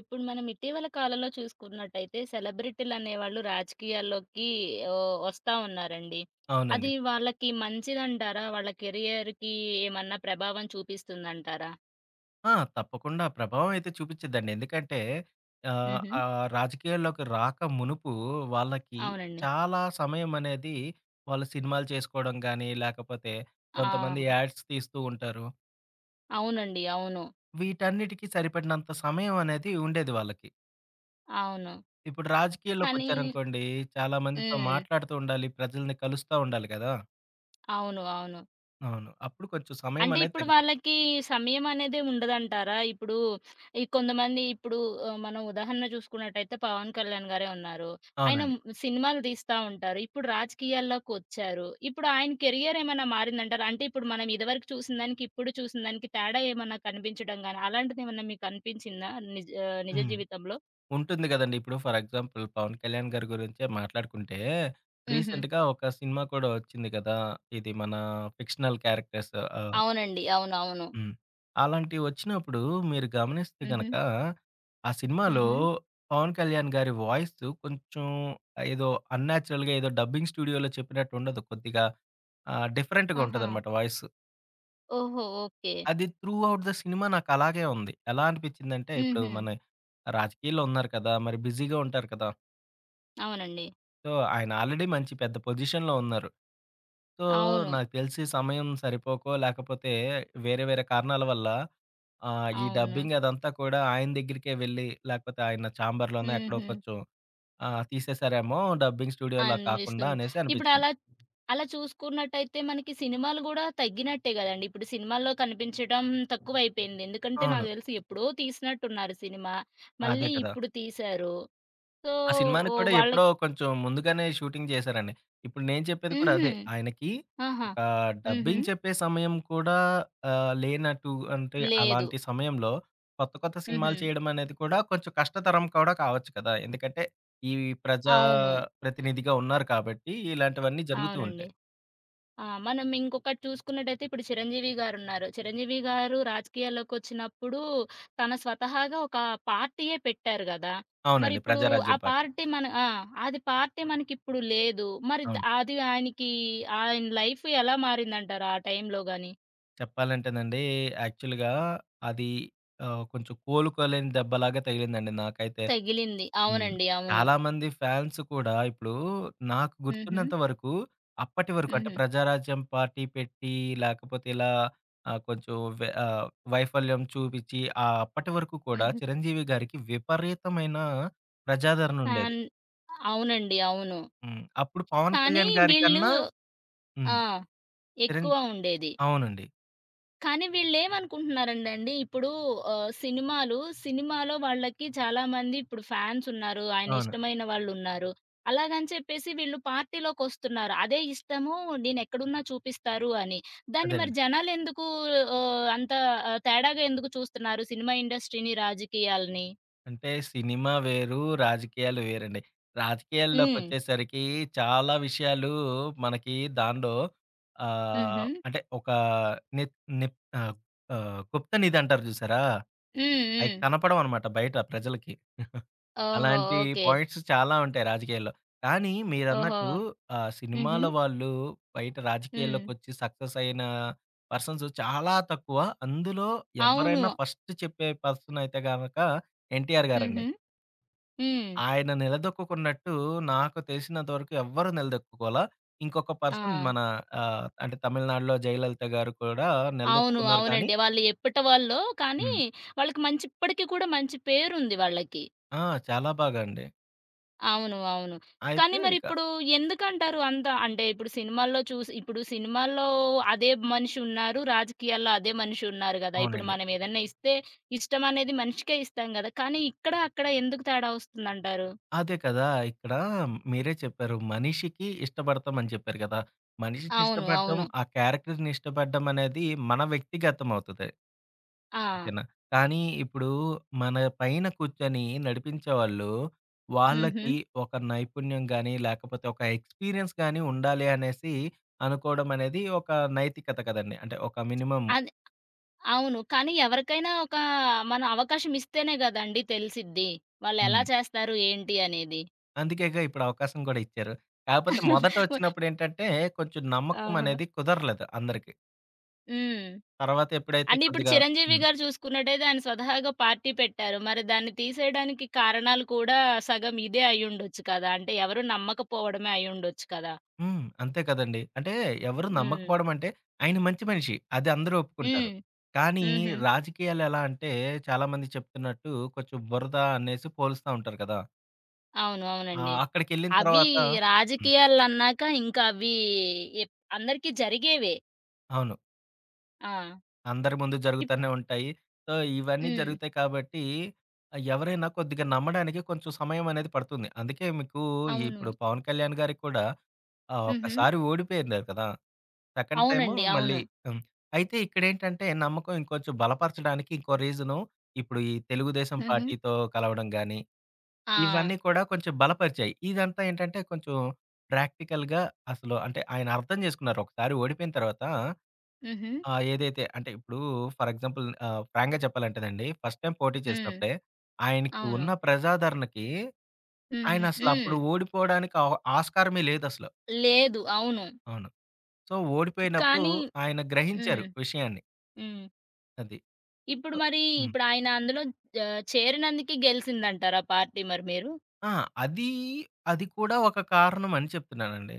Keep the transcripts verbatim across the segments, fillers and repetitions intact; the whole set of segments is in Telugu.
ఇప్పుడు మనం ఇటీవల కాలంలో చూసుకున్నట్టయితే సెలబ్రిటీలు అనేవాళ్ళు రాజకీయాల్లోకి ఆహ్, వస్తా ఉన్నారండి. అవునండి. అది వాళ్ళకి మంచిదంటారా? వాళ్ళ కెరియర్‌కి ఏమన్నా ప్రభావం చూపిస్తుందంటారా? ఆ! తప్పకుండా ప్రభావం అయితే చూపిచ్చిద్దండి. ఎందుకంటే ఆహ్, హుహు. ఆహ్, రాజకీయాల్లోకి రాక మునుపు వాళ్ళకి అవునండి. చాలా సమయం అనేది వాళ్ళు సినిమాలు చేసుకోవడం గానీ, లేకపోతే ఆ! కొంతమంది యాడ్స్ తీస్తూ ఉంటారు. అవునండి. అవును. వీటన్నిటికి సరిపడినంత సమయం అనేది ఉండేది వాళ్ళకి. అవును. ఇప్పుడు కానీ రాజకీయాల్లోకొచ్చారనుకోండి, చాలా మందితో హ్మ్. మాట్లాడుతూ ఉండాలి, ప్రజల్ని కలుస్తా ఉండాలి కదా! అవును. అవును. అవును. అప్పుడు కొంచెం సమయం అంటే అనేది ఇప్పుడు తగ్గిపోతుంది. వాళ్ళకి సమయం అనేది ఉండదంటారా? ఇప్పుడు ఈ కొంతమంది ఇప్పుడు ఆహ్, మనం ఉదాహరణ చూసుకున్నట్టయితే 'పవన్ కళ్యాణ్' గారే ఉన్నారు. ఆయన అవునండి. మ్- సినిమాలు తీస్తా ఉంటారు. ఇప్పుడు రాజకీయాల్లోకొచ్చారు. ఇప్పుడు ఆయన కెరియర్ ఏమైనా మారిందంటారా? అంటే ఇప్పుడు మనం ఇదివరకు చూసిన దానికి, ఇప్పుడు చూసిన దానికి తేడా ఏమన్నా కనిపించడం గాని, అలాంటిదేమన్నా మీకు అనిపించిందా నిజ ఆహ్, నిజ హ్మ్. జీవితంలో? ఉంటుంది గదండీ. ఇప్పుడు ఫర్ ఎగ్జాంపుల్ 'పవన్ కళ్యాణ్' గారి గురించే మాట్లాడుకుంటే, హుహు. రీసెంట్‌గా ఒక సినిమా కూడా వచ్చింది కదా! ఇది మన ఫిక్షనల్ క్యారెక్టర్స్. ఆహ్, అవునండి. అవునవును. హ్మ్. అలాంటివి వచ్చినప్పుడు మీరు గమనిస్తే హుహు. గనక, ఆ సినిమాలో హుహు. 'పవన్ కళ్యాణ్' గారి వాయిస్ కొంచెం ఏదో అన్‌న్యాచురల్‌గా ఏదో డబ్బింగ్ స్టూడియోలో చెప్పినట్టు ఉండదు. కొద్దిగా ఆహ్, డిఫరెంట్‌గా ఆహా! ఉంటదనమాట వాయిస్. ఓహో! ఓకే. అది త్రూ ఔట్ ద సినిమా నాకు అలాగే ఉంది. ఎలా అనిపించిందంటే, ఇప్పుడు హుహు. మన రాజకీయాల్లో ఉన్నారు కదా! మరి బిజీగా ఉంటారు కదా! అవునండి. సో, ఆయన ఆల్రెడీ మంచి పెద్ద పొజిషన్‌లో ఉన్నారు. సో, అవును. నాకు తెలిసి సమయం సరిపోకో, లేకపోతే వేరే వేరే కారణాల వల్ల ఆహ్, ఈ అవును. డబ్బింగ్ అదంతా కూడా ఆయన దగ్గరికే వెళ్ళి, లేకపోతే ఆయన చాంబర్‌లోనే ఎక్కడో హుహు. కొంచెం ఆహ్, తీసేసారేమో డబ్బింగ్ స్టూడియోలా కాకుండా అనిపిస్తుంది. అనేసి ఇప్పుడలా, అనిపించింది. అలా అలా చూసుకున్నట్టయితే మనకి సినిమాలు గూడా తగ్గినట్టే గదండీ! ఇప్పుడు సినిమాల్లో కనిపించడం తక్కువైపోయింది. ఎందుకంటే అవును. నాకు దెలిసి ఎప్పుడో తీసినట్టున్నారు సినిమా. అదే మళ్ళీ కదా! ఇప్పుడు తీశారు. సో, ఆ సినిమాని ఓహ్! కూడా ఎప్పుడో వాళ్ళకి కొంచెం ముందుగానే షూటింగ్ చేశారండి. ఇప్పుడు నేను చెప్పేది కూడా హుహు. అదే. ఆయనకి ఆహా! ఒక హుహు. డబ్బింగ్ చెప్పే సమయం కూడా ఆహ్, లేనట్టు అంటే లేదు. అలాంటి సమయంలో కొత్త, కొత్త హుహు. సినిమాలు చేయడం అనేది కూడా కొంచెం కష్టతరం కూడా కావచ్చు కదా! ఎందుకంటే ఈ ప్రజా అవును. ప్రతినిధిగా ఉన్నారు కాబట్టి ఇలాంటివన్నీ జరుగుతూ అవునండి. ఉంటాయి. ఆ! మనం ఇంకొకటి చూసుకున్నట్టయితే ఇప్పుడు 'చిరంజీవి' గారున్నారు. 'చిరంజీవి' గారు రాజకీయాల్లోకొచ్చినప్పుడు తన స్వతహాగా ఒక పార్టీయే పెట్టారు గదా! అవునండి. మరిప్పుడు ఆ 'ప్రజారాజ్యం' పార్టీ. పార్టీ మన ఆ! అది పార్టీ మనకిప్పుడు లేదు. మరి ద అవును. అది ఆయనకి ఆయన లైఫ్ ఎలా మారిందంటారు ఆ టైంలో గాని? చెప్పాలంటేనండి, యాక్చువల్‌గా అది ఆహ్, కొంచెం కోలుకోలేని దెబ్బలాగా తగిలిందండి నాకైతే. తగిలింది. హ్మ్. అవునండి. అవును. చాలామంది ఫ్యాన్స్ కూడా ఇప్పుడు నాకు హుహు. గుర్తున్నంత వరకు, అప్పటి వరకు అంటే హుహు. ప్రజారాజ్యం పార్టీ పెట్టి, లేకపోతే ఇలా ఆహ్, కొంచెం వె ఆహ్, వైఫల్యం చూపించి, ఆహ్, అప్పటి వరకు కూడా హుహు. చిరంజీవి గారికి విపరీతమైన ప్రజాదరణ ఉండేది. ఫ్యాన్ అవునండి. అవును. హ్మ్. అప్పుడు పవన్ కానీ కళ్యాణ్ గారి వీళ్ళు కన్నా. హ్మ్. ఆ! చిరం ఎక్కువ ఉండేది. అవునండి. కానీ వీళ్ళేమనుకుంటున్నారండి అండి, ఇప్పుడు ఆహ్, సినిమాలు సినిమాలో వాళ్ళకి చాలామంది ఇప్పుడు ఫ్యాన్స్ ఉన్నారు. ఆయన అవును. ఇష్టమైన వాళ్ళున్నారు. అలాగని చెప్పేసి వీళ్ళు పార్టీలోకొస్తున్నారు. అదే ఇష్టము నేనెక్కడున్నా చూపిస్తారు అని. దాన్ని మరి అదేనండి. జనాలెందుకు ఆహ్, అంత ఆహ్, తేడాగా ఎందుకు చూస్తున్నారు సినిమా ఇండస్ట్రీని, రాజకీయాలని? అంటే సినిమా వేరు, రాజకీయాలు వేరండి. హ్మ్. రాజకీయాల్లోకొచ్చేసరికి చాలా విషయాలు మనకి దానిలో ఆహ్, హుహు. అంటే ఒక నిప్ నిప్ ఆహ్, ఆహ్, గుప్త నిధి అంటారు చూసారా? హ్మ్. అయి హ్మ్. కనపడవనమాట బయట ప్రజలకి. ఓహో! అలాంటి ఓకే. పాయింట్స్ చాలా ఉంటాయి రాజకీయాల్లో. కానీ ఓహో! మీరన్నట్టు ఆహ్, హుహు. సినిమాల వాళ్ళు బయట హ్మ్. రాజకీయాల్లోకొచ్చి సక్సెస్ అయిన పర్సన్స్ చాలా తక్కువ. అందులో అవును. ఎవ్వరైనా ఫస్ట్ చెప్పే పర్సన్ అయితే గనక ఎన్టీఆర్ గారండి. హుహు. హ్మ్. ఆయన నిలదొక్కుకున్నట్టు నాకు తెలిసినంత వరకు ఎవ్వరు నిలదొక్కుకోలా. ఇంకొక ఆ! పర్సన్ మన ఆహ్, అంటే తమిళనాడులో జయలలిత గారు కూడా అవును. నిలదొక్కుకున్నారు కానీ అవునండి. వాళ్ళు ఎప్పటి వాళ్ళో కానీ, హ్మ్. వాళ్ళకి మంచి ఇప్పటికి కూడా మంచి పేరుంది వాళ్ళకి. ఆ! చాలా బాగా అండి. అవును. అవును. కానీ అయితే ఇక మరిప్పుడు ఎందుకంటారు అంత అంటే ఇప్పుడు సినిమాల్లో చూసి ఇప్పుడు సినిమాల్లో అదే మనిషి ఉన్నారు. రాజకీయాల్లో అదే మనిషి ఉన్నారు గదా! ఇప్పుడు అవునండి. మనం ఏదన్నా ఇస్తే ఇష్టం అనేది మనిషికే ఇస్తాం గదా! కానీ ఇక్కడ, అక్కడ ఎందుకు తేడా వస్తుందంటారు? అదే కదా! ఇక్కడ మీరే చెప్పారు. మనిషికి ఇష్టపడతాం అని చెప్పారు కదా! మనిషిని అవును. ఇష్టపడడం, అవును. ఆ క్యారెక్టర్‌ని ఇష్టపడడం అనేది మన వ్యక్తిగతం అవుతది. ఆ! ఓకేనా. కానీ ఇప్పుడు మన పైన కూర్చొని నడిపించేవాళ్ళు, హుహు. వాళ్ళకి ఒక నైపుణ్యం గాని, లేకపోతే ఒక ఎక్స్‌పీరియన్స్ గాని ఉండాలి అనేసి అనుకోవడం అనేది ఒక నైతికత కదండీ. అంటే ఒక మినిమమ్. అది అవును. కానీ ఎవరికైనా ఒక మనం అవకాశం ఇస్తేనే గదండీ తెలిసిద్ది. వాళ్ళెలా హ్మ్. చేస్తారు ఏంటి అనేది. అందుకేగా ఇప్పుడు అవకాశం కూడా ఇచ్చారు. కాకపోతే మొదట వచ్చినప్పుడేంటంటే కొంచెం ఆ! నమ్మకం అనేది కుదరలేదు అందరికి. హ్మ్. తర్వాత ఎప్పుడైతే అంటే ఇప్పుడు కొద్దిగా 'చిరంజీవి' హ్మ్. గారు చూసుకున్నట్టయితే ఆయన స్వతహాగా పార్టీ పెట్టారు. మరి దాన్ని తీసేయడానికి కారణాలు కూడా సగం ఇదే అయ్యుండొచ్చు కదా! అంటే ఎవరు నమ్మకపోవడమే అయ్యుండొచ్చు కదా! హ్మ్. అంతే కదండీ. అంటే ఎవరు హ్మ్. నమ్మకపోవడం అంటే ఆయన మంచి మనిషి. అది అందరూ ఒప్పుకుంటారు. హ్మ్. కానీ హుహు. రాజకీయాలు ఎలా అంటే చాలామంది చెప్తున్నట్టు కొంచెం బురద అనేసి పోలుస్తా ఉంటారు కదా! అవును. ఆహ్, అవునండి. అక్కడికెళ్ళిన అవి తర్వాత హ్మ్. రాజకీయాలన్నాక ఇంకా అవి ఎప్ అందరికీ జరిగేవే. అవును. ఆ! అందరి ముందు ఇప్ జరుగుతానే ఉంటాయి. సో, ఇవన్నీ హ్మ్. జరుగుతాయి కాబట్టి ఎవరైనా కొద్దిగా నమ్మడానికి కొంచెం సమయం అనేది పడుతుంది. అందుకే మీకు అవును. ఇప్పుడు పవన్ కళ్యాణ్ గారికి కూడా ఆహ్, హుహు. ఒక్కసారి ఓడిపోయారు కదా! సెకండ్ టైము అవునండి. మళ్ళీ అవును. హ్మ్. అయితే ఇక్కడేంటంటే నమ్మకం ఇంకొంచెం బలపరచడానికి ఇంకో రీజను ఇప్పుడు ఈ తెలుగుదేశం హుహు. పార్టీతో కలవడం గాని, ఆ! ఇవన్నీ కూడా కొంచెం బలపరిచాయి. ఇదంతా ఏంటంటే కొంచెం ప్రాక్టికల్‌గా అసలు అంటే ఆయన అర్థం చేసుకున్నారు. ఒకసారి ఓడిపోయిన తర్వాత హుహు. ఆహ్, ఏదైతే అంటే ఇప్పుడు ఫర్ ఎగ్జాంపుల్ ఆహ్, ఫ్రాంక్‌గా చెప్పాలంటేనండి ఫస్ట్ టైమ్ పోటీ హ్మ్. చేసినప్పుడే ఆయనకి అవును. ఉన్న ప్రజాదరణకి ఆయన హుహు. అసలు అప్పుడు హ్మ్. ఓడిపోవడానికి ఆ ఆస్కారమే లేదసలు. లేదు. అవును. అవును. సో, ఓడిపోయినప్పుడు కానీ ఆయన హ్మ్. గ్రహించారు విషయాన్ని. హ్మ్. అది. ఇప్పుడు మరి హ్మ్. ఇప్పుడు ఆయన అందులో ఆహ్, చేరినందుకే గెలిసిందంటారా పార్టీ మరి మీరు? ఆ! అది, అది కూడా ఒక కారణం అని చెప్తున్నానండి.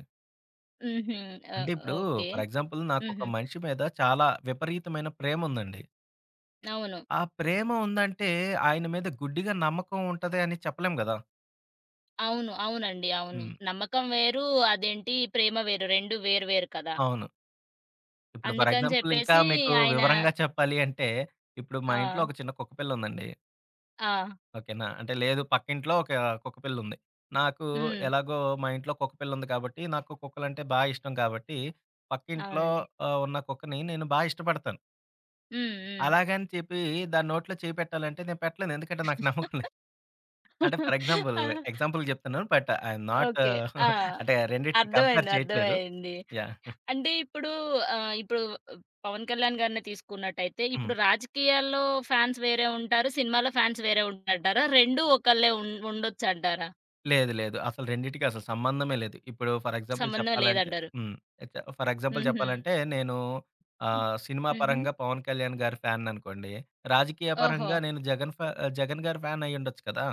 హుహు. ఆ! అంటే ఇప్పుడు ఓకే. ఫర్ ఎగ్జాంపుల్ నాకొక హుహు. మనిషి మీద చాలా విపరీతమైన ప్రేమ ఉందండి. అవును. ఆ ప్రేమ ఉందంటే ఆయన మీద గుడ్డిగా నమ్మకం ఉంటది అని చెప్పలేం గదా! అవును. అవునండి. అవును. హ్మ్. నమ్మకం వేరు, అదేంటి ప్రేమ వేరు. రెండూ వేరు వేరు కదా! అవును. ఇప్పుడు ఫర్ అందుకని ఎగ్జాంపుల్ ఇంకా చెప్పేసి మీకు ఆయన వివరంగా చెప్పాలి అంటే, ఇప్పుడు మా ఆ! ఇంట్లో ఒక చిన్న కుక్కపిల్ల ఉందండి. ఆ! ఓకేనా. అంటే లేదు పక్కింట్లో ఒక కుక్కపిల్లుంది. నాకు హ్మ్. ఎలాగో మా ఇంట్లో కుక్కపిల్లుంది కాబట్టి, నాకు కుక్కలంటే బా ఇష్టం కాబట్టి, పక్కింట్లో అవునండి. ఆహ్, ఉన్న కుక్కని నేను బా ఇష్టపడతాను. హ్మ్. హ్మ్. అలాగని చెప్పి దాని నోట్లో చేయి పెట్టాలంటే నేను పెట్టలేను. ఎందుకంటే నాకు నమ్మకం లేదు. అంటే ఫర్ ఎగ్జాంపుల్, ఆ! ఎగ్జాంపుల్ చెప్తున్నాను. But I am not okay. ఆ! అంటే రెండిటిని కంపేర్ అర్థమైంది. చేయట్లేదు. అర్థమైంది. యాహ్! అంటే ఇప్పుడు ఆహ్, ఇప్పుడు పవన్ కళ్యాణ్ గారినే తీసుకున్నట్టయితే, హ్మ్. ఇప్పుడు రాజకీయాల్లో ఫ్యాన్స్ వేరే ఉంటారు. సినిమాలో ఫ్యాన్స్ వేరే ఉంటారంటారా? రెండూ ఒకళ్ళే ఉం ఉండొచ్చంటారా? లేదు, లేదు, అసలు రెండిటికి అసలు సంబంధమే లేదు. ఇప్పుడు ఫర్ ఎగ్జాంపుల్ సంబంధం చెప్పాలంటే లేదంటారు. హ్మ్. చ ఫర్ ఎగ్జాంపుల్ హుహు. చెప్పాలంటే నేను ఆహ్, సినిమా హుహు. పరంగా 'పవన్ కళ్యాణ్' గారి ఫ్యాన్ అనుకోండి. రాజకీయ ఓహో! పరంగా నేను జగన్ ఫ్యా జగన్ గారి ఫ్యాన్ అయ్యుండొచ్చు కదా!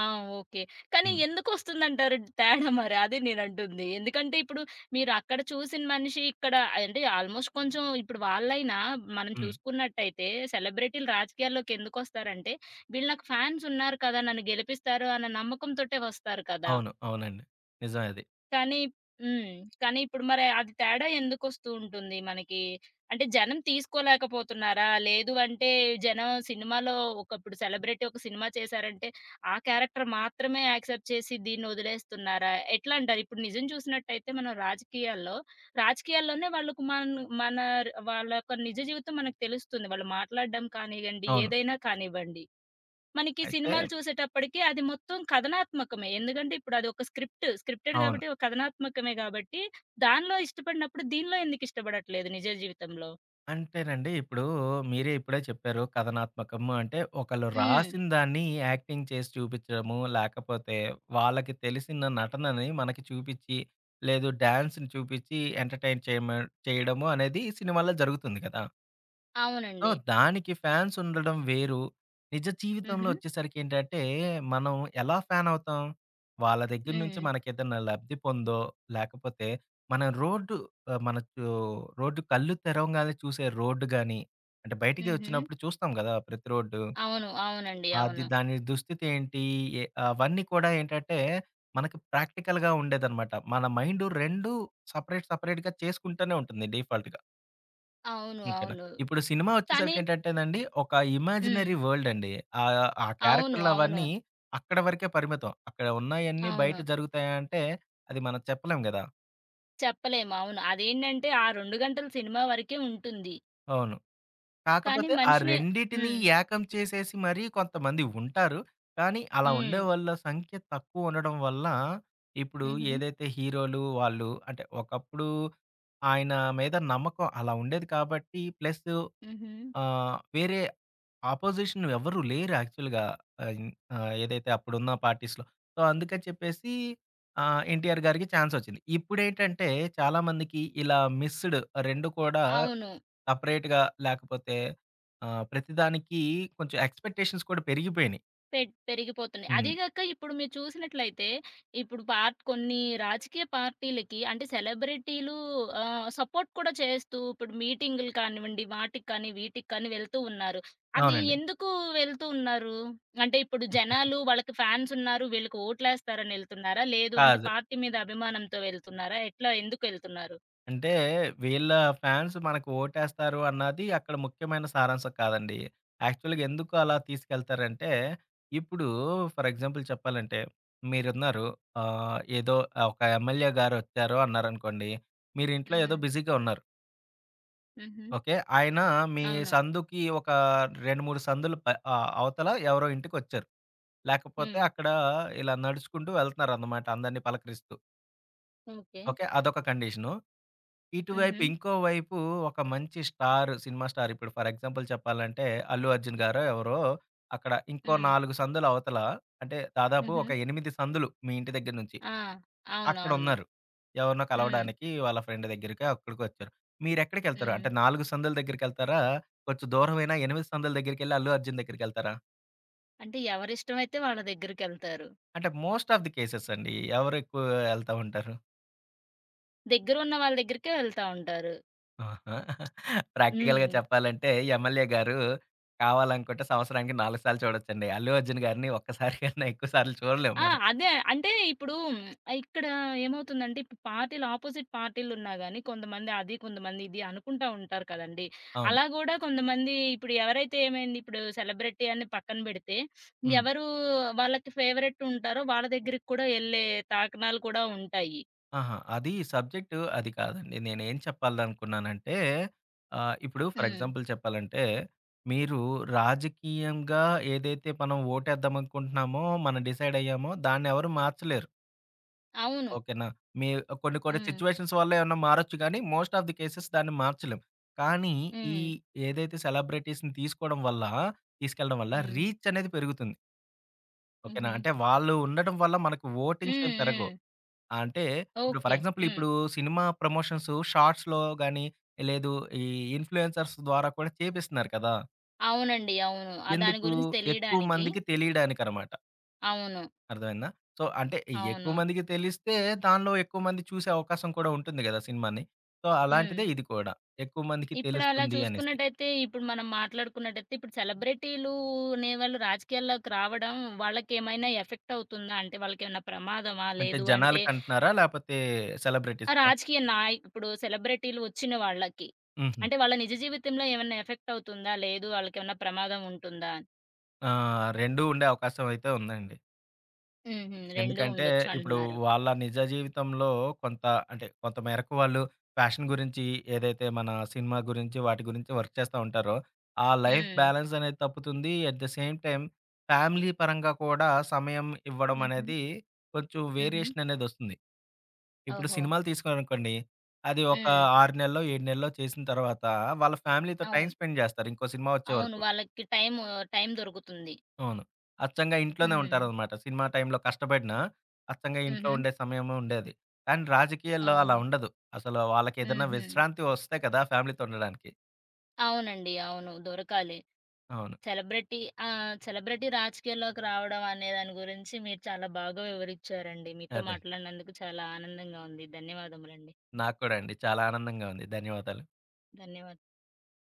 ఆ! ఓకే. కానీ హ్మ్. ఎందుకొస్తుందంటారు తేడా మరి? అదే నేనంటుంది. ఎందుకంటే ఇప్పుడు మీరు అక్కడ చూసిన మనిషి ఇక్కడ అంటే ఆల్మోస్ట్ కొంచెం ఇప్పుడు వాళ్ళైనా మనం హ్మ్. చూసుకున్నట్టయితే సెలబ్రిటీలు రాజకీయాల్లోకెందుకొస్తారంటే వీళ్ళు నాకు ఫ్యాన్స్ ఉన్నారు కదా! నన్ను గెలిపిస్తారు అన్న నమ్మకంతోటే వస్తారు కదా! అవును. అవునండి. నిజమే అది. కానీ హ్మ్. కానీ ఇప్పుడు మరి అది తేడా ఎందుకొస్తూ ఉంటుంది మనకి? అంటే జనం తీసుకోలేకపోతున్నారా? లేదు అంటే జనం సినిమాలో ఒకప్పుడు సెలబ్రిటీ ఒక సినిమా చేశారంటే, ఆ క్యారెక్టర్ మాత్రమే యాక్సెప్ట్ చేసి దీన్నొదిలేస్తున్నారా? ఎట్లా అంటారు? ఇప్పుడు నిజం చూసినట్టయితే మనం రాజకీయాల్లో, రాజకీయాల్లోనే వాళ్ళకు మన్ మన వాళ్ళ యొక్క నిజ జీవితం మనకు తెలుస్తుంది. వాళ్ళు మాట్లాడడం కానివ్వండి, అవును. ఏదైనా కానివ్వండి. మనకి అయితే సినిమాలు చూసేటప్పటికి అది మొత్తం కథనాత్మకమే. ఎందుకంటే ఇప్పుడు అదొక స్క్రిప్ట్. స్క్రిప్టెడ్ అవును. కాబట్టి ఒక కథనాత్మకమే కాబట్టి, దానిలో ఇష్టపడినప్పుడు దీనిలో ఎందుకు ఇష్టపడట్లేదు నిజ జీవితంలో? అంటేనండి, ఇప్పుడు మీరే ఇప్పుడే చెప్పారు కథనాత్మకము అంటే, ఒకళ్ళు హ్మ్. రాసిన దాన్ని యాక్టింగ్ చేసి చూపిచ్చడము, లేకపోతే వాళ్ళకి తెలిసిన నటనని మనకి చూపిచ్చి, లేదు డాన్స్‌ని చూపిచ్చి ఎంటర్‌టైన్ చేయమ చేయడము అనేది సినిమాల్లో జరుగుతుంది కదా! సో, అవునండి. దానికి ఫ్యాన్స్ ఉండడం వేరు. నిజ జీవితంలో హుహు. వచ్చేసరికేంటంటే, మనం ఎలా ఫ్యాన్ అవుతాం? వాళ్ళ దగ్గర నుంచి హ్మ్. మనకేదన్నా లబ్ధి పొందో, లేకపోతే మనం రోడ్డు ఆహ్, మనకు రోడ్డు కళ్ళు తెరవంగానే చూసే రోడ్డు గాని, అంటే బయటికి హుహు. వచ్చినప్పుడు చూస్తాం గదా! ప్రతి రోడ్డు. అవును. అవునండి. అది అవును. దాని దుస్థితి ఏంటి? ఎ అవన్నీ కూడా ఏంటంటే, మనకి ప్రాక్టికల్‌గా ఉండేదనమాట. మన మైండు రెండు సెపరేట్, సెపరేట్‌గా చేసుకుంటూనే ఉంటుంది డిఫాల్ట్‌గా. అవును. ఓకేనా. అవును. ఇప్పుడు సినిమా కానీ వచ్చేసరికేంటంటేనండి, ఒక హ్మ్. ఇమాజినరీ వరల్డ్ అండి. ఆహ్, ఆ అవును. క్యారెక్టర్‌లు అవును. అవన్నీ అక్కడ వరకే పరిమితం. అక్కడ ఉన్నాయన్నీ బయట అవును. జరుగుతాయా అంటే, అది మనం చెప్పలేం గదా! చెప్పలేము. అవును. అదేంటంటే ఆ రెండు గంటల సినిమా వరకే ఉంటుంది. అవును. కానీ కాకపోతే ఆ మనిషిని రెండిటిని హ్మ్. ఏకం చేసేసి మరీ కొంతమంది ఉంటారు. కానీ అలా హ్మ్. ఉండేవాళ్ళ సంఖ్య తక్కువ ఉండడం వల్ల, ఇప్పుడు హుహు. ఏదైతే హీరోలు వాళ్ళు అంటే, ఒకప్పుడు ఆయన మీద నమ్మకం అలా ఉండేది కాబట్టి, ప్లస్సు హుహు. ఆహ్, వేరే అపోజిషన్ ఎవ్వరు లేరు యాక్చువల్‌గా ఆహ్, ఇన్ ఆహ్, ఏదైతే అప్పుడున్న పార్టీస్‌లో. సో, అందుకని చెప్పేసి ఆహ్, ఎన్టీఆర్ గారికి ఛాన్సొచ్చింది. ఇప్పుడేంటంటే చాలా మందికి ఇలా మిస్డ్ రెండు కూడా అవును. సెపరేట్‌గా లేకపోతే ఆహ్, ప్రతిదానికి కొంచెం ఎక్స్‌పెక్టేషన్స్ కూడా పెరిగిపోయినాయి. పె పెరిగిపోతున్నాయి. హ్మ్. అదీగాక ఇప్పుడు మీరు చూసినట్లయితే, ఇప్పుడు పార్ట్ కొన్ని రాజకీయ పార్టీలకి అంటే సెలబ్రిటీలు ఆహ్, సపోర్ట్ కూడా చేస్తూ ఇప్పుడు మీటింగులు కానివ్వండి, వాటికి కానీ, వీటికి కానీ వెళ్తూ ఉన్నారు. అది అవునండి. ఎందుకు వెళ్తూ ఉన్నారు? అంటే ఇప్పుడు జనాలు వాళ్ళకి ఫ్యాన్స్ ఉన్నారు, వీళ్ళకి ఓట్లేస్తారని ఎళ్తున్నారా? లేదు అంటే కాదు. పార్టీ మీద అభిమానంతో వెళ్తున్నారా? ఎట్లా ఎందుకెళ్తున్నారు? అంటే వీళ్ళ ఫ్యాన్స్ మనకు ఓటేస్తారు అన్నది అక్కడ ముఖ్యమైన సారాంశం కాదండి. యాక్చువల్‌గా ఎందుకు అలా తీసుకెళ్తారంటే, ఇప్పుడు ఫర్ ఎగ్జాంపుల్ చెప్పాలంటే, మీరున్నారు ఆహ్, ఏదో ఒక ఎమ్మెల్యే గారు వచ్చారు అన్నారనుకోండి. మీరు ఇంట్లో ఏదో హ్మ్. బిజీగా ఉన్నారు. హుహు. ఓకే. ఆయన మీ అవును. సందుకి ఒక రెండు, మూడు సందులు ప ఆహ్, అవతల ఎవరో ఇంటికొచ్చారు. లేకపోతే హ్మ్. అక్కడ ఇలా నడుచుకుంటూ వెళ్తున్నారన్నమాట అందరిని పలకరిస్తూ. ఓకే. ఓకే. అదొక కండిషను. హుహు. ఇటువైపు ఇంకోవైపు ఒక మంచి స్టార్, సినిమా స్టార్, ఇప్పుడు ఫర్ ఎగ్జాంపుల్ చెప్పాలంటే 'అల్లు అర్జున్' గారో ఎవరో అక్కడ ఇంకో హ్మ్. నాలుగు సందులు అవతల, అంటే దాదాపు హుహు. ఒక ఎనిమిది సందులు మీ ఇంటి దగ్గర నుంచి ఆ! అవునవును. అక్కడున్నారు. ఎవరినో హ్మ్. కలవడానికి వాళ్ళ ఫ్రెండ్ దగ్గరికో అక్కడికొచ్చారు. మీరెక్కడికెళ్తారు? హ్మ్. అంటే నాలుగు సందుల దగ్గరికెళ్తారా? కొంచెం దూరమైన ఎనిమిది సందుల దగ్గరికెళ్లి 'అల్లు అర్జున్' దగ్గరికెళ్తారా? అంటే ఎవరిష్టమైతే వాళ్ళ దగ్గరికెళ్తారు. అంటే మోస్ట్ ఆఫ్ ది కేసెస్ అండి. ఎవరు ఎక్కువ ఎళ్తా ఉంటారు? దగ్గరున్న వాళ్ళ దగ్గరికే వెళ్తా ఉంటారు. ఆహా! ప్రాక్టికల్‌గా హ్మ్. చెప్పాలంటే ఎమ్మెల్యే గారు కావాలనుకుంటే సంవత్సరానికి నాలుగు సార్లు చూడొచ్చండి. 'అల్లు అర్జున్' గారిని ఒక్కసారి కన్నా ఎక్కువ సార్లు చూడలేము ఆ! మనం. అదే. అంటే ఇప్పుడు మ్, ఇక్కడ ఏమవుతుందంటే ఇప్పుడు పార్టీలు అపోజిట్ పార్టీలున్నా గాని కొంతమంది అది, కొంతమంది ఇది అనుకుంటా ఉంటారు కదండీ. అవును. అలా గూడా కొంతమంది ఇప్పుడు ఎవరైతే ఏమైంది ఇప్పుడు సెలబ్రిటీ అని పక్కన బెడితే, హ్మ్. ఎవరు వాళ్ళకి ఫేవరెట్ ఉంటారో వాళ్ళ దగ్గరికి కూడా యెళ్ళే తాకనాలు కూడా ఉంటాయి. ఆహా! అది సబ్జెక్ట్ అది కాదండి. నేనేం చెప్పాలనుకున్నానంటే ఆహ్, ఇప్పుడు ఫర్ హ్మ్. ఎగ్జాంపుల్ చెప్పాలంటే మీరు రాజకీయంగా ఏదైతే మనం ఓటేద్దామనుకుంటున్నామో, మనం డిసైడ్ అయ్యామో దాన్నెవరు మార్చలేరు. అవును. ఓకేనా. మీ కొన్ని కొన్ని హ్మ్. సిట్యుయేషన్స్ వల్ల ఏమన్నా మారొచ్చు గానీ, మోస్ట్ ఆఫ్ ది కేసెస్ దాన్ని మార్చలేం. కానీ, ఈ హ్మ్. ఏదైతే సెలబ్రిటీస్‌ని తీసుకోవడం వల్ల, తీసుకెళ్ళడం వల్ల హ్మ్. రీచ్ అనేది పెరుగుతుంది. ఓకేనా. హుహు. అంటే వాళ్ళు ఉండడం వల్ల మనకు వోటింగ్స్ ఏం హ్మ్. పెరగవు. హ్మ్. అంటే ఇప్పుడు ఫర్ ఓకే. ఎగ్జాంపుల్ హ్మ్. ఇప్పుడు సినిమా ప్రమోషన్స్ షార్ట్స్‌లో గాని, లేదు ఈ ఇన్‌ఫ్లుయెన్సర్స్ ద్వారా కూడా చేపిస్తున్నారు కదా! అవునండి. అవును. ఆ! దాని ఎందుకు? గురించి ఎక్కువ తెలియడానికి. మందికి తెలియడానికనమాట. అవును. అర్థమైందా? సో, అంటే ఎక్కువ అవును. మందికి తెలిస్తే దానిలో ఎక్కువ మంది చూసే అవకాశం కూడా ఉంటుంది గదా! సినిమాని. సో, హ్మ్. అలాంటిదే ఇది కూడా. ఎక్కువ మందికి ఇప్పుడు అలా తెలుస్తుంది అనేసి. చూసుకున్నట్టయితే, ఇప్పుడు మనం మాట్లాడుకున్నట్టయితే, ఇప్పుడు సెలబ్రిటీలు అనేవాళ్ళు రాజకీయాల్లోకి రావడం వాళ్ళకేమైనా ఎఫెక్ట్ అవుతుందా? అంటే వాళ్ళకేమైనా ప్రమాదమా? అంటే లేదు అంటే జనాలకంటున్నారా? లేపోతే ఆ సెలబ్రిటీస్‌కా? రాజకీయ నాయ ఇప్పుడు సెలబ్రిటీలు వచ్చిన వాళ్ళకి. హుహు. అంటే వాళ్ళ నిజ జీవితంలో ఏమన్నా ఎఫెక్ట్ అవుతుందా? లేదు వాళ్ళకేమన్నా ప్రమాదం ఉంటుందా? ఆ! రెండూ ఉండే అవకాశం అయితే ఉందండి. హుహు. రెండూ ఎందుకంటే ఉండొచ్చు ఇప్పుడు అంటున్నారు. వాళ్ళ నిజ జీవితంలో కొంత అంటే కొంత మేరకు వాళ్ళు ఫ్యాషన్ గురించి ఏదైతే మన సినిమా గురించి వాటి గురించి వర్క్ చేస్తూ ఉంటారో ఆ లైఫ్ హ్మ్. బ్యాలెన్స్ అనేది తప్పుతుంది. At the same time family పరంగా కూడా సమయం ఇవ్వడం హుహు. అనేది కొంచెం హుహు. వేరియేషన్ అనేది వస్తుంది. ఇప్పుడు ఓహో! సినిమాలు తీసుకున్నారనుకోండి. అది ఒక హ్మ్. ఆరు నెల్లో, ఏడు నెల్లో చేసిన తర్వాత వాళ్ళ ఫ్యామిలీతో టైమ్ అవును. స్పెండ్ చేస్తారు ఇంకో సినిమా వచ్చే అవును. వరకు. వాళ్ళకి టైము టైం దొరుకుతుంది. అవును. అచ్చంగా ఇంట్లోనే హ్మ్. ఉంటారనమాట. సినిమా టైంలో కష్టపడినా, అచ్చంగా ఇంట్లో హుహు. ఉండే సమయము ఉండేది. కానీ రాజకీయాల్లో అలా ఓహో! ఉండదు. అసలు వాళ్ళకేదైనా హుహు. విశ్రాంతి వస్తే కదా! ఫ్యామిలీతో ఉండడానికి. అవునండి. అవును. దొరకాలి. అవును. సెలబ్రిటీ ఆ! సెలబ్రిటీ రాజకీయాల్లోకి రావడం అనే దాని గురించి మీరు చాలా బాగా వివరించారండి. మీతో అదే. మాట్లాడినందుకు చాలా ఆనందంగా ఉంది. ధన్యవాదములండి. నాకు కూడా అండి. చాలా ఆనందంగా ఉంది. ధన్యవాదాలు. ధన్యవాదాలు.